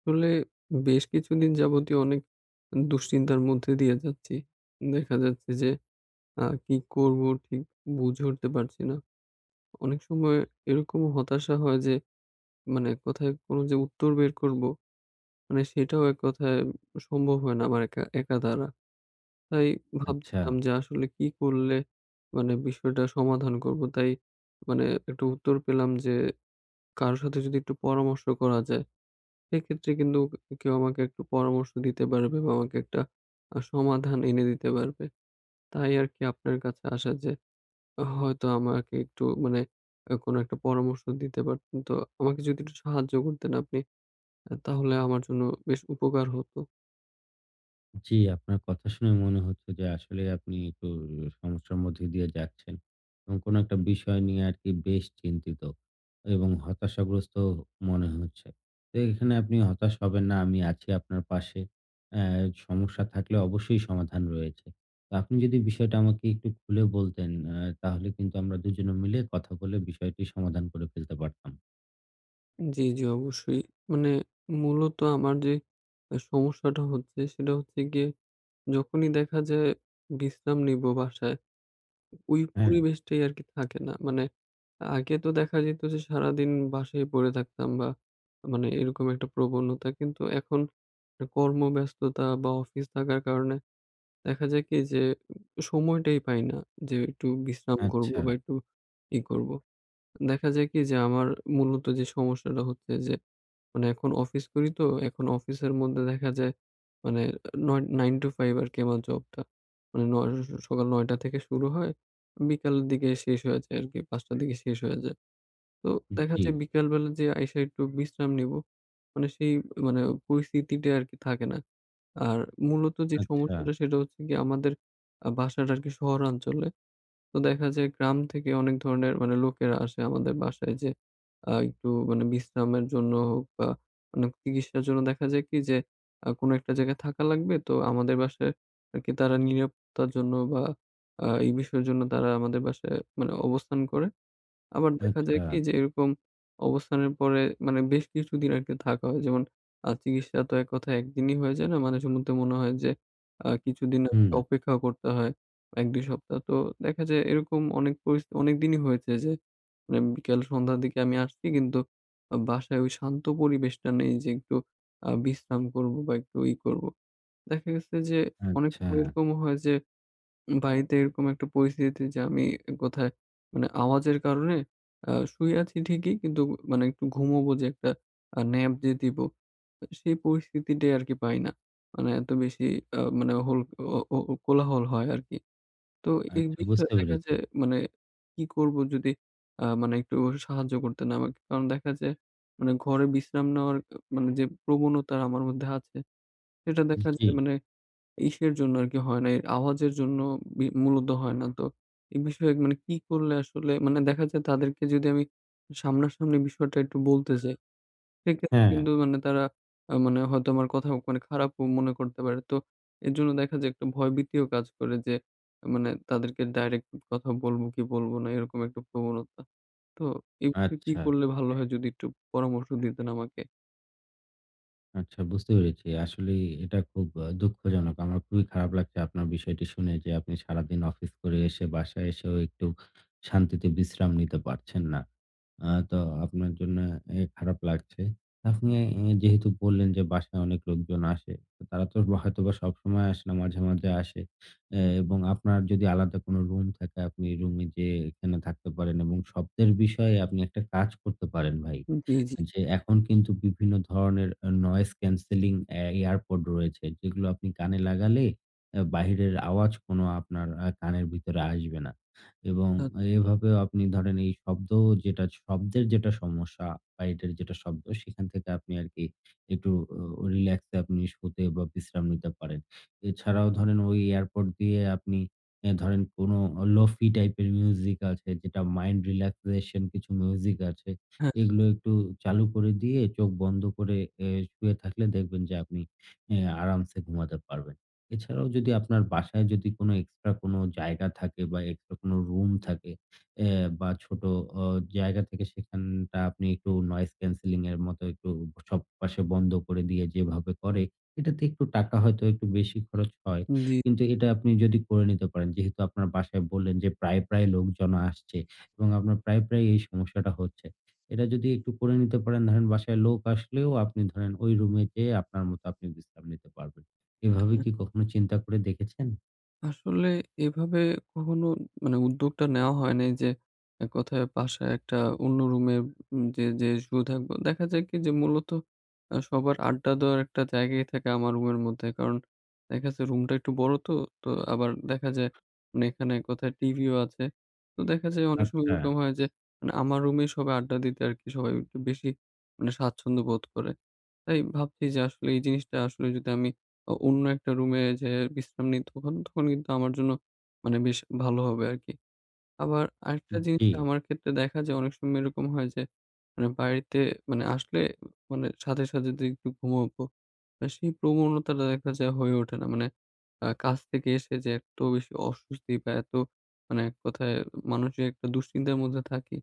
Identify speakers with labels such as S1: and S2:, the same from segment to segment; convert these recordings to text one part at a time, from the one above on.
S1: আসলে বেশ কিছুদিন যাবতীয় অনেক দুশ্চিন্তার মধ্যে দিয়ে যাচ্ছি। দেখা যাচ্ছে যে কি করব ঠিক বুঝে উঠতে পারছি না। অনেক সময় এরকম হতাশা হয় যে, মানে কোথায় কোনো যে উত্তর বের করব, মানে সেটাও এক কথায় সম্ভব হয় না আমার একা একা দ্বারা। তাই
S2: আচ্ছা।
S1: ভাবছিলাম যে আসলে কি করলে মানে বিষয়টা সমাধান করব। তাই মানে একটা উত্তর পেলাম যে, কারো সাথে যদি একটু পরামর্শ করা যায় সেক্ষেত্রে কিন্তু কেউ আমাকে একটু পরামর্শ দিতে পারবে বা আমাকে একটা সমাধান এনে দিতে পারবে। তাই আরকি আপনার কাছে আসা যে, হয়তো আমাকে একটু মানে কোনো একটা পরামর্শ দিতে পারতেন। তো আমাকে যদি একটু সাহায্য করতেন আপনি, তাহলে আমার জন্য বেশ উপকার হতো।
S2: জি, আপনার কথা শুনে মনে হচ্ছে যে আসলে আপনি একটু সমস্যার মধ্যে দিয়ে যাচ্ছেন এবং কোনো একটা বিষয় নিয়ে আরকি বেশ চিন্তিত এবং হতাশাগ্রস্ত মনে হচ্ছে। তো এখানে আপনি হতাশ হবেন না, আমি আছি আপনার পাশে। অ্যা সমস্যা থাকলে অবশ্যই সমাধান রয়েছে। তো আপনি যদি বিষয়টা আমাকে একটু খুলে বলতেন তাহলে কিন্তু আমরা দুজনে মিলে কথা বলে বিষয়টি সমাধান করে ফেলতে পারতাম।
S1: জি, জি অবশ্যই। মানে মূলত আমার যে সমস্যাটা হচ্ছে, সেটা হচ্ছে গিয়ে যখনই দেখা যায় বিশ্রাম নিবো বাসায়, ওই
S2: হ্যাঁ,
S1: পরিবেশটাই আরকি থাকে না। মানে আগে তো দেখা যেত যে সারাদিন বাসায় পড়ে থাকতাম, বা মানে এরকম একটা প্রবণতা। কিন্তু এখন কর্মব্যস্ততা বা অফিস থাকার কারণে দেখা যায় কি যে, সময়টাই পাই না যে একটু বিশ্রাম করব
S2: আচ্ছা।
S1: বা একটু ই করব। দেখা যায় কি যে আমার মূলত যে সমস্যাটা হচ্ছে যে, মানে এখন অফিস করি তো, এখন অফিসের মধ্যে দেখা যায় মানে ৯ 9 to 5 আরকি আমার জবটা। মানে নয়, সকাল ৯:০০ থেকে শুরু হয়, বিকালের দিকে শেষ হয়ে যায় আরকি, ৫:০০ র দিকে শেষ হয়ে যায়। তো দেখা
S2: জি,
S1: যায় বিকালবেলা যে আইসা একটু বিশ্রাম নিবো, মানে সেই মানে পরিস্থিতিটা আরকি থাকে না। আর মূলত যে
S2: আচ্ছা,
S1: সমস্যাটা সেটা হচ্ছে গিয়ে, আমাদের বাসাটা আরকি শহরাঞ্চলে। তো দেখা যায় গ্রাম থেকে অনেক ধরনের মানে লোকেরা আসে আমাদের বাসায়, যে একটু মানে বিশ্রামের জন্য হোক বা মানে চিকিৎসার জন্য, দেখা যায় কি যে কোনো একটা জায়গায় থাকা লাগবে। তো আমাদের বাসায় আরকি তারা নিরাপত্তার জন্য বা এই বিষয়ের জন্য তারা আমাদের বাসায় মানে অবস্থান করে। আবার দেখা যায়
S2: আচ্ছা।
S1: কি যে, এরকম অবস্থানের পরে মানে বেশ কিছুদিন আরকি থাকা হয়। যেমন চিকিৎসা তো এক কথায় একদিনই হয়ে যায় না। মাঝে মধ্যে মনে হয় যে কিছুদিন
S2: হুম,
S1: আমাকে অপেক্ষা করতে হয়। ১-২ সপ্তাহ। তো দেখা যায় এরকম অনেক পরিস্থিতি অনেকদিনই হয়েছে যে, মানে বিকেল সন্ধ্যার দিকে আমি আসছি, কিন্তু বাসায় ওই শান্ত পরিবেশটা নেই যে একটু বিশ্রাম করব বা একটু ই করব। দেখা গেছে যে অনেক
S2: আচ্ছা।
S1: সময় এরকমও হয় যে, বাড়িতে এরকম একটা পরিস্থিতিতে যে আমি কোথায় মানে আওয়াজের কারণে শুয়ে আছি ঠিকই, কিন্তু মানে একটু ঘুমোবো যে একটা ন্যাপ যে দিব, সেই পরিস্থিতিটাই আরকি পাই না। মানে এত বেশি মানে হোল ও ও ও কোলাহল হয় আরকি। তো এই
S2: আচ্ছা,
S1: বিষয়ে
S2: বুঝতে
S1: দেখা
S2: পেরেছি।
S1: যায় মানে কি করবো, যদি মানে একটু সাহায্য করতেন আমাকে। কারণ দেখা যায় মানে ঘরে বিশ্রাম নেওয়ার, মানে যে প্রবণতা আমার মধ্যে আছে, সেটা দেখা
S2: জি,
S1: যায় মানে ইসের জন্য আরকি হয় না। এই আওয়াজের জন্য মূলত হয় না। তো এই বিষয়ে মানে কি করলে আসলে, মানে দেখা যায় তাদেরকে যদি আমি সামনাসামনি বিষয়টা একটু বলতে চাই, সেক্ষেত্রে
S2: হ্যাঁ,
S1: কিন্তু মানে তারা মানে হয়তো আমার কথা মানে খারাপও মনে করতে পারে। তো এজন্য দেখা যায় একটা ভয়ভীতিও কাজ করে যে, মানে তাদেরকে ডাইরেক্ট কথা বলব কি বলব না, এরকম একটা প্রবণতা। তো এই বিষয়ে কি
S2: আচ্ছা।
S1: করলে ভালো হয়, যদি একটু পরামর্শ দিতেন আমাকে?
S2: আচ্ছা, বুঝতে পেরেছি। আসলেই এটা খুব দুঃখজনক। আমার খুবই খারাপ লাগছে আপনার বিষয়টি শুনে যে আপনি সারাদিন অফিস করে এসে বাসায় এসেও একটু শান্তিতে বিশ্রাম নিতে পারছেন না। তো আপনার জন্য খারাপ লাগছে। আপনি যেহেতু বললেন যে বাসায় অনেক লোকজন আসে, তো তারা তো হয়তোবা সবসময় আসে না, মাঝে, মাঝে আসে। এবং আপনার যদি আলাদা কোনো রুম থাকে আপনি রুমে যেয়ে এখানে থাকতে পারেন এবং শব্দের বিষয়ে আপনি একটা কাজ করতে পারেন ভাই।
S1: জি, জি।
S2: যে এখন কিন্তু বিভিন্ন ধরনের noise cancelling এয়ারপড রয়েছে। যেগুলো আপনি কানে লাগালে বাহিরের আওয়াজ কোনো আপনার কানের ভিতরে আসবে না। এবং
S1: আ
S2: এভাবেও আপনি ধরেন এই শব্দ, যেটা শব্দের যেটা সমস্যা, বাইরের যেটা শব্দ সেখান থেকে আপনি আরকি একটু রিল্যাক্স আপনি শুতে বা বিশ্রাম নিতে পারেন। এছাড়াও ধরেন ওই এয়ারপড দিয়ে আপনি ধরেন কোনো লোফি টাইপের মিউজিক আছে, যেটা মাইন্ড রিল্যাক্সেশন কিছু মিউজিক আছে।
S1: হ্যাঁ,
S2: এগুলো একটু চালু করে দিয়ে চোখ বন্ধ করে এ শুয়ে থাকলে দেখবেন যে আপনি এ আরামসে ঘুমাতে পারবেন। এছাড়াও যদি আপনার বাসায় যদি কোনো এক্সট্রা কোনো জায়গা থাকে বা এক্সট্রা কোনো রুম থাকে এ বা ছোট অ জায়গা থেকে সেখানটা আপনি একটু নয়েজ ক্যানসেলিং এর মতো একটু সব পাশে বন্ধ করে দিয়ে যেভাবে করে, এটাতে একটু টাকা হয়তো একটু বেশি খরচ হয়।
S1: জি।
S2: কিন্তু এটা আপনি যদি করে নিতে পারেন, যেহেতু আপনার বাসায় বললেন যে প্রায়, প্রায় লোকজন আসছে এবং আপনার প্রায়, প্রায় এই সমস্যাটা হচ্ছে। এটা যদি একটু করে নিতে পারেন ধরেন বাসায় লোক আসলেও আপনি ধরেন ওই রুমে যেয়ে আপনার মতো আপনি বিশ্রাম নিতে পারবেন। এভাবে কি কখনো চিন্তা করে দেখেছেন?
S1: আসলে এভাবে কখনো মানে উদ্যোগটা নেওয়া হয় নাই যে, এক কথায় বাসায় একটা অন্য রুমে যে যে শুয়ে থাকবো। দেখা যায় কি যে মূলত সবার আড্ডা দেওয়ার একটা জায়গাই থাকে আমার রুমের মধ্যে। কারণ দেখা যাচ্ছে রুমটা একটু বড় তো, তো আবার দেখা যায় মানে এখানে এক কথায় টিভিও আছে। তো দেখা যায় অনেক সময়
S2: আচ্ছা,
S1: এরকম হয় যে, মানে আমার রুমেই সবাই আড্ডা দিতে আরকি, সবাই একটু বেশি মানে স্বাচ্ছন্দ্য বোধ করে। তাই ভাবছি যে আসলে এই জিনিসটা আসলে যদি আমি অন্য একটা রুমে যেয়ে বিশ্রাম নিই, তখন কিন্তু আমার জন্য মানে বেশ ভালো হবে আরকি। আবার আরেকটা জিনিস
S2: জি,
S1: আমার ক্ষেত্রে দেখা যায়, অনেক সময় এরকম হয় যে, মানে বাড়িতে মানে আসলে মানে সাথে, সাথে যে একটু ঘুমাবো, সেই প্রবণতাটা দেখা যায় হয়ে ওঠে না। মানে কাজ থেকে এসে যে এত বেশি অস্বস্তি বা এত মানে এক কথায় মানসিক একটা দুশ্চিন্তার মধ্যে থাকি,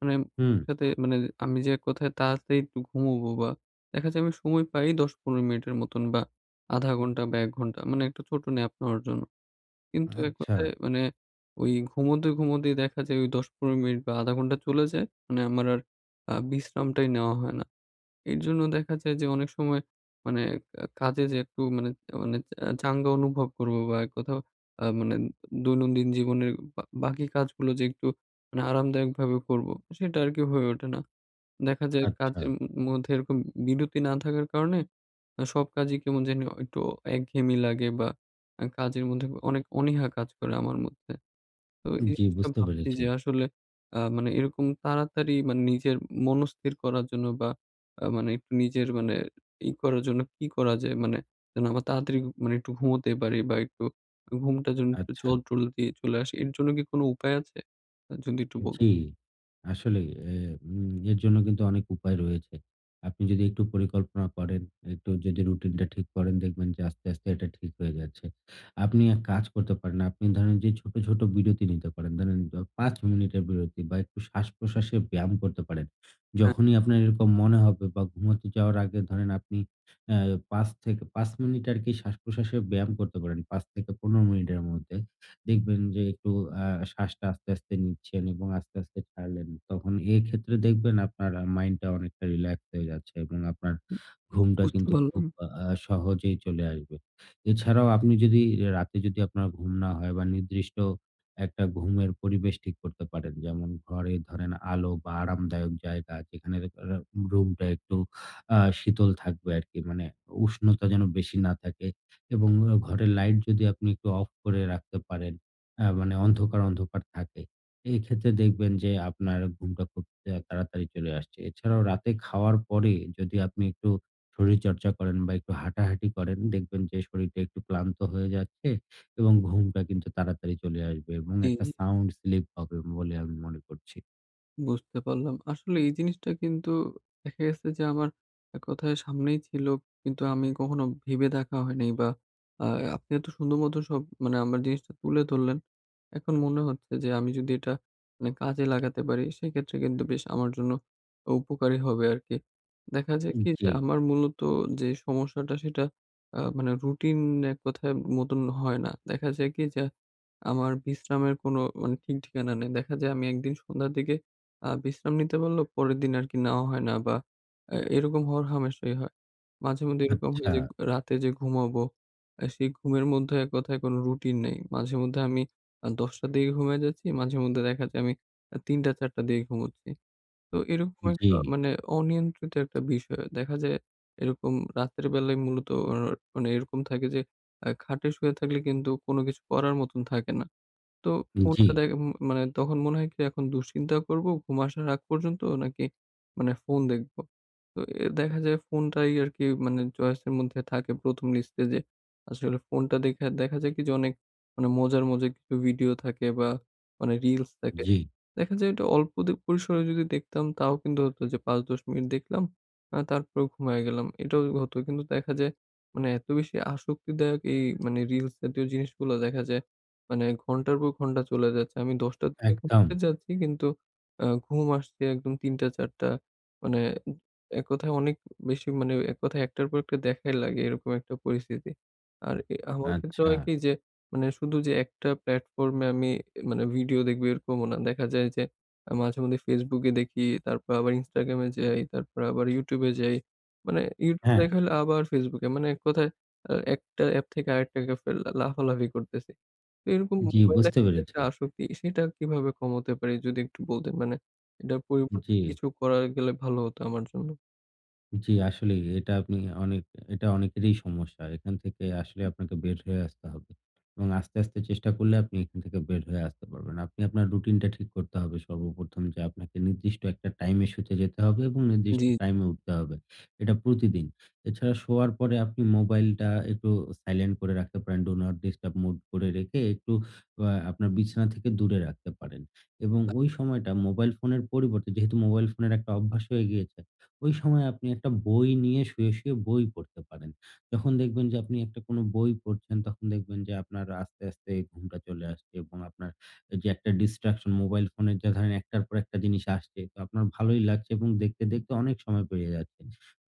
S1: মানে
S2: হুম।
S1: সাথে মানে আমি যে কোথায় তাড়াতাড়ি একটু ঘুমুবো, বা দেখা যায় আমি সময় পাই 10-15 মিনিটের মতন বা ০.৫ ঘন্টা বা ১ ঘন্টা, মানে একটা ছোট ন্যাপ নেওয়ার জন্য। কিন্তু এক
S2: আচ্ছা,
S1: কথায় মানে ওই ঘুমোতে, ঘুমোতেই দেখা যায় ওই ১০-15 মিনিট বা ০.৫ ঘন্টা চলে যায়। মানে আমার আর বিশ্রামটাই নেওয়া হয় না। এর জন্য দেখা যায় যে অনেক সময় মানে কাজে যে একটু মানে মানে চাঙ্গা অনুভব করব বা কোথাও মানে দৈনন্দিন জীবনের বা বাকি কাজগুলো যে একটু মানে আরামদায়কভাবে করব, সেটা আরকি হয়ে ওঠে না। দেখা যায়
S2: আচ্ছা।
S1: কাজের মধ্যে এরকম বিরতি না থাকার কারণে সব কাজই কেমন জানি একটু একঘেয়েমি লাগে, বা কাজের মধ্যে অনেক অনীহা কাজ করে আমার মধ্যে। তো এই
S2: জি,
S1: জিনিসটা
S2: বুঝতে
S1: ভাবছি
S2: পেরেছি।
S1: যে আসলে মানে এরকম তাড়াতাড়ি মানে নিজের মনস্থির করার জন্য বা মানে একটু নিজের মানে ই করার জন্য কি করা যায়? মানে যেন আবার তাড়াতাড়ি মানে একটু ঘুমোতে পারি, বা একটু ঘুমটা যেন একটু
S2: আচ্ছা।
S1: জলদি চলে আসে। এর জন্য কি কোনো উপায় আছে? যদি একটু বল,
S2: জি, আসলেই এ উম এর জন্য কিন্তু অনেক উপায় রয়েছে। আপনি যদি একটু পরিকল্পনা করেন, একটু যদি রুটিনটা ঠিক করেন দেখবেন যে আস্তে, আস্তে এটা ঠিক হয়ে যাচ্ছে। আপনি এক কাজ করতে পারেন। আপনি ধরেন যে ছোট, ছোট বিরতি নিতে পারেন। ধরেন ৫ মিনিটের বিরতি বা একটু শ্বাস-প্রশ্বাসের ব্যায়াম করতে পারেন।
S1: হ্যাঁ,
S2: যখনই আপনার এরকম মনে হবে বা ঘুমাতে যাওয়ার আগে ধরেন আপনি অ্যা ৫ থেকে ৫ মিনিট আরকি শ্বাস-প্রশ্বাসের ব্যায়াম করতে পারেন, ৫ থেকে ১৫ মিনিটের মধ্যে। দেখবেন যে একটু আ শ্বাসটা আস্তে, আস্তে নিচ্ছেন এবং আস্তে, আস্তে ছাড়লেন। তখন এক্ষেত্রে দেখবেন আপনার মাইন্ডটা অনেকটা রিল্যাক্স হয়ে যাচ্ছে এবং আপনার ঘুমটা
S1: বুঝতে
S2: কিন্তু
S1: পারলাম।
S2: খুব আ আ সহজেই চলে আসবে। এছাড়াও আপনি যদি রাতে যদি আপনার ঘুম না হয় বা নির্দিষ্ট একটা ঘুমের পরিবেশ ঠিক করতে পারেন। যেমন ঘরে ধরেন আলো বা আরামদায়ক জায়গা, যেখানে রা রুমটা একটু শীতল থাকবে আরকি। মানে উষ্ণতা যেন বেশি না থাকে এবং ঘরের লাইট যদি আপনি একটু অফ করে রাখতে পারেন। মানে অন্ধকার, অন্ধকার থাকে। এক্ষেত্রে দেখবেন যে আপনার ঘুমটা খুব তাড়াতাড়ি চলে আসছে। এছাড়াও রাতে খাওয়ার পরে যদি আপনি একটু শরীরচর্চা করেন বা একটু হাঁটাহাঁটি করেন, দেখবেন যে শরীরটা একটু ক্লান্ত হয়ে যাচ্ছে এবং ঘুমটা কিন্তু তাড়াতাড়ি চলে আসবে এবং
S1: জি,
S2: একটা
S1: জি।
S2: সাউন্ড স্লিপ হবে বলে আমি মনে করছি।
S1: বুঝতে পারলাম। আসলে এই জিনিসটা কিন্তু দেখা গেছে যে, আমার এক কথায় সামনেই ছিল। কিন্তু আমি কখনো ভেবে দেখা হয়নি, বা আ আপনি এত সুন্দর মতো সব মানে আমার জিনিসটা তুলে ধরলেন। এখন মনে হচ্ছে যে আমি যদি এটা মানে কাজে লাগাতে পারি, সেক্ষেত্রে কিন্তু বেশ আমার জন্য উপকারী হবে আরকি। দেখা যায় কি যে,
S2: জি,
S1: আমার মূলত যে সমস্যাটা, সেটা মানে রুটিন এক কথায় মতন হয় না। দেখা যায় কি যে আমার বিশ্রামের কোনো মানে ঠিক ঠিকানা নেই। দেখা যায় আমি একদিন সন্ধ্যার দিকে বিশ্রাম নিতে বললেও পরের দিন আরকি নেওয়া হয় না, বা এরকম হওয়ার হামেশাই হয়। মাঝেমধ্যে এরকম হয়
S2: আচ্ছা।
S1: যে রাতে যে ঘুমাবো, সেই ঘুমের মধ্যে এক কথায় কোনো রুটিন নেই। মাঝেমধ্যে আমি ১০:০০ র দিকে ঘুমায়ে যাচ্ছি, মাঝেমধ্যে দেখা যায় আমি ৩:০০-৪:০০ র দিকে ঘুমুচ্ছি। তো এরকম
S2: জি,
S1: একটা মানে অনিয়ন্ত্রিত একটা বিষয়। দেখা যায় এরকম রাতের বেলায় মূলত মানে এরকম থাকে যে, খাটে শুয়ে থাকলে কিন্তু কোনো কিছু করার মতন থাকে না। তো
S2: জি,
S1: ফোনটা দেখ মানে তখন মনে হয় কি, এখন দুশ্চিন্তা করব ঘুম আসার আগ পর্যন্ত, নাকি মানে ফোন দেখব। তো দেখা যায় ফোনটাই আরকি মানে চয়েসের মধ্যে থাকে ১ম লিস্টে যে, আসলে ফোনটা দেখে দেখা যায় কি যে, অনেক মানে মজার, মজার কিছু ভিডিও থাকে বা মানে রিলস থাকে।
S2: জি।
S1: দেখা যায় এটা অল্প পরিসরে যদি দেখতাম তাও কিন্তু হতো যে, ৫-১০ মিনিট দেখলাম তারপরেও ঘুমায়ে গেলাম। এটাও হতো। কিন্তু দেখা যায় মানে এত বেশি আসক্তিদায়ক এই মানে রিলস জাতীয় জিনিসগুলো, দেখা যায় মানে ঘন্টার পর ঘন্টা চলে যাচ্ছে। আমি ১০:০০ র দিকে
S2: একদম।
S1: ঘুমোতে যাচ্ছি, কিন্তু ঘুম আসছে একদম ৩:০০-৪:০০, মানে এক কথায় অনেক বেশি মানে এক কথায় একটার পর একটা দেখাই লাগে এরকম একটা পরিস্থিতি। আর আমার ক্ষেত্রে
S2: আচ্ছা।
S1: হয় কি যে, মানে শুধু যে একটা প্ল্যাটফর্মে আমি মানে ভিডিও দেখবো এরকমও না। দেখা যায় যে মাঝেমধ্যে Facebook এ দেখি, তারপর আবার Instagram এ যাই, তারপর আবার YouTube এ যাই। মানে YouTube
S2: হ্যাঁ,
S1: দেখা হলে আবার Facebook এ। মানে এক কথায় একটা অ্যাপ থেকে আরেকটা অ্যাপে লাফালাফি করতেছি। তো এরকম
S2: জি,
S1: মোবাইল
S2: বুঝতে
S1: দেখার যে একটা
S2: পেরেছি।
S1: আসক্তি, সেটা কিভাবে কমাতে পারি যদি একটু বলতেন? মানে এটার পরিবর্তে
S2: জি।
S1: কিছু করা গেলে ভালো হতো আমার জন্য।
S2: জি, আসলেই এটা আপনি অনেক, এটা অনেকেরই সমস্যা। এখান থেকে আসলে আপনাকে বের হয়ে আসতে হবে এবং আস্তে, আস্তে চেষ্টা করলে আপনি এখান থেকে বের হয়ে আসতে পারবেন। আপনি আপনার রুটিনটা ঠিক করতে হবে সর্বপ্রথম, যে আপনাকে নির্দিষ্ট একটা টাইমে শুতে যেতে হবে এবং নির্দিষ্ট
S1: জি,
S2: টাইমে উঠতে হবে। এটা প্রতিদিন। এছাড়া শোয়ার পরে আপনি মোবাইলটা একটু সাইলেন্ট করে রাখতে পারেন। ডু নট ডিস্টার্ব মোড করে রেখে একটু আপনার বিছানা থেকে দূরে রাখতে পারেন এবং ওই সময়টা মোবাইল ফোনের পরিবর্তে, যেহেতু মোবাইল ফোনের একটা অভ্যাস হয়ে গিয়েছে, ওই সময় আপনি একটা বই নিয়ে শুয়ে, শুয়ে বই পড়তে পারেন। যখন দেখবেন যে আপনি একটা কোনো বই পড়ছেন, তখন দেখবেন যে আপনার আস্তে, আস্তে ঘুমটা চলে আসছে এবং আপনার যে একটা distraction মোবাইল ফোনের, যা ধরেন একটার পর একটা জিনিস আসছে, তো আপনার ভালোই লাগছে এবং দেখতে, দেখতে অনেক সময় পেরিয়ে যাচ্ছে।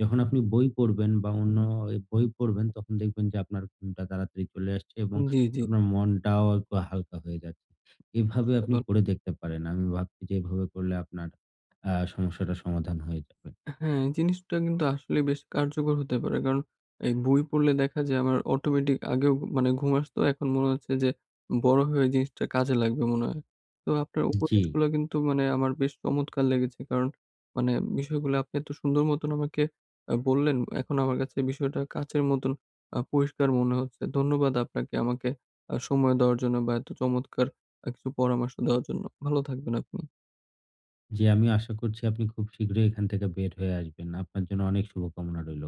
S2: যখন আপনি বই পড়বেন বা অন্য বই পড়বেন, তখন দেখবেন যে আপনার ঘুমটা তাড়াতাড়ি চলে আসছে এবং
S1: জি, জি
S2: আপনার মনটাও একটু হালকা হয়ে যাচ্ছে। এভাবে
S1: বুঝতে
S2: আপনি
S1: পারলাম।
S2: করে দেখতে পারেন। আমি ভাবছি যে এভাবে করলে আপনার সমস্যাটার সমাধান হয়ে যাবে।
S1: হ্যাঁ, এই জিনিসটা কিন্তু আসলে বেশ কার্যকর হতে পারে। কারণ এই বই পড়লে দেখা যায় আমার অটোমেটিক আগেও মানে ঘুম আসতো। এখন মনে হচ্ছে যে বড় হয়ে এই জিনিসটা কাজে লাগবে মনে হয়। তো আপনার
S2: জি,
S1: উপদেশগুলো কিন্তু মানে আমার বেশ চমৎকার লেগেছে। কারণ মানে বিষয়গুলো আপনি এত সুন্দর মতন আমাকে বললেন। এখন আমার কাছে বিষয়টা কাচের মতন পরিষ্কার মনে হচ্ছে। ধন্যবাদ আপনাকে আমাকে সময় দেওয়ার জন্য বা এত চমৎকার কিছু পরামর্শ দেওয়ার জন্য। ভালো থাকবেন আপনি।
S2: জি। আমি আশা করছি আপনি খুব শীঘ্রই এখান থেকে বের হয়ে আসবেন। আপনার জন্য অনেক শুভকামনা রইল।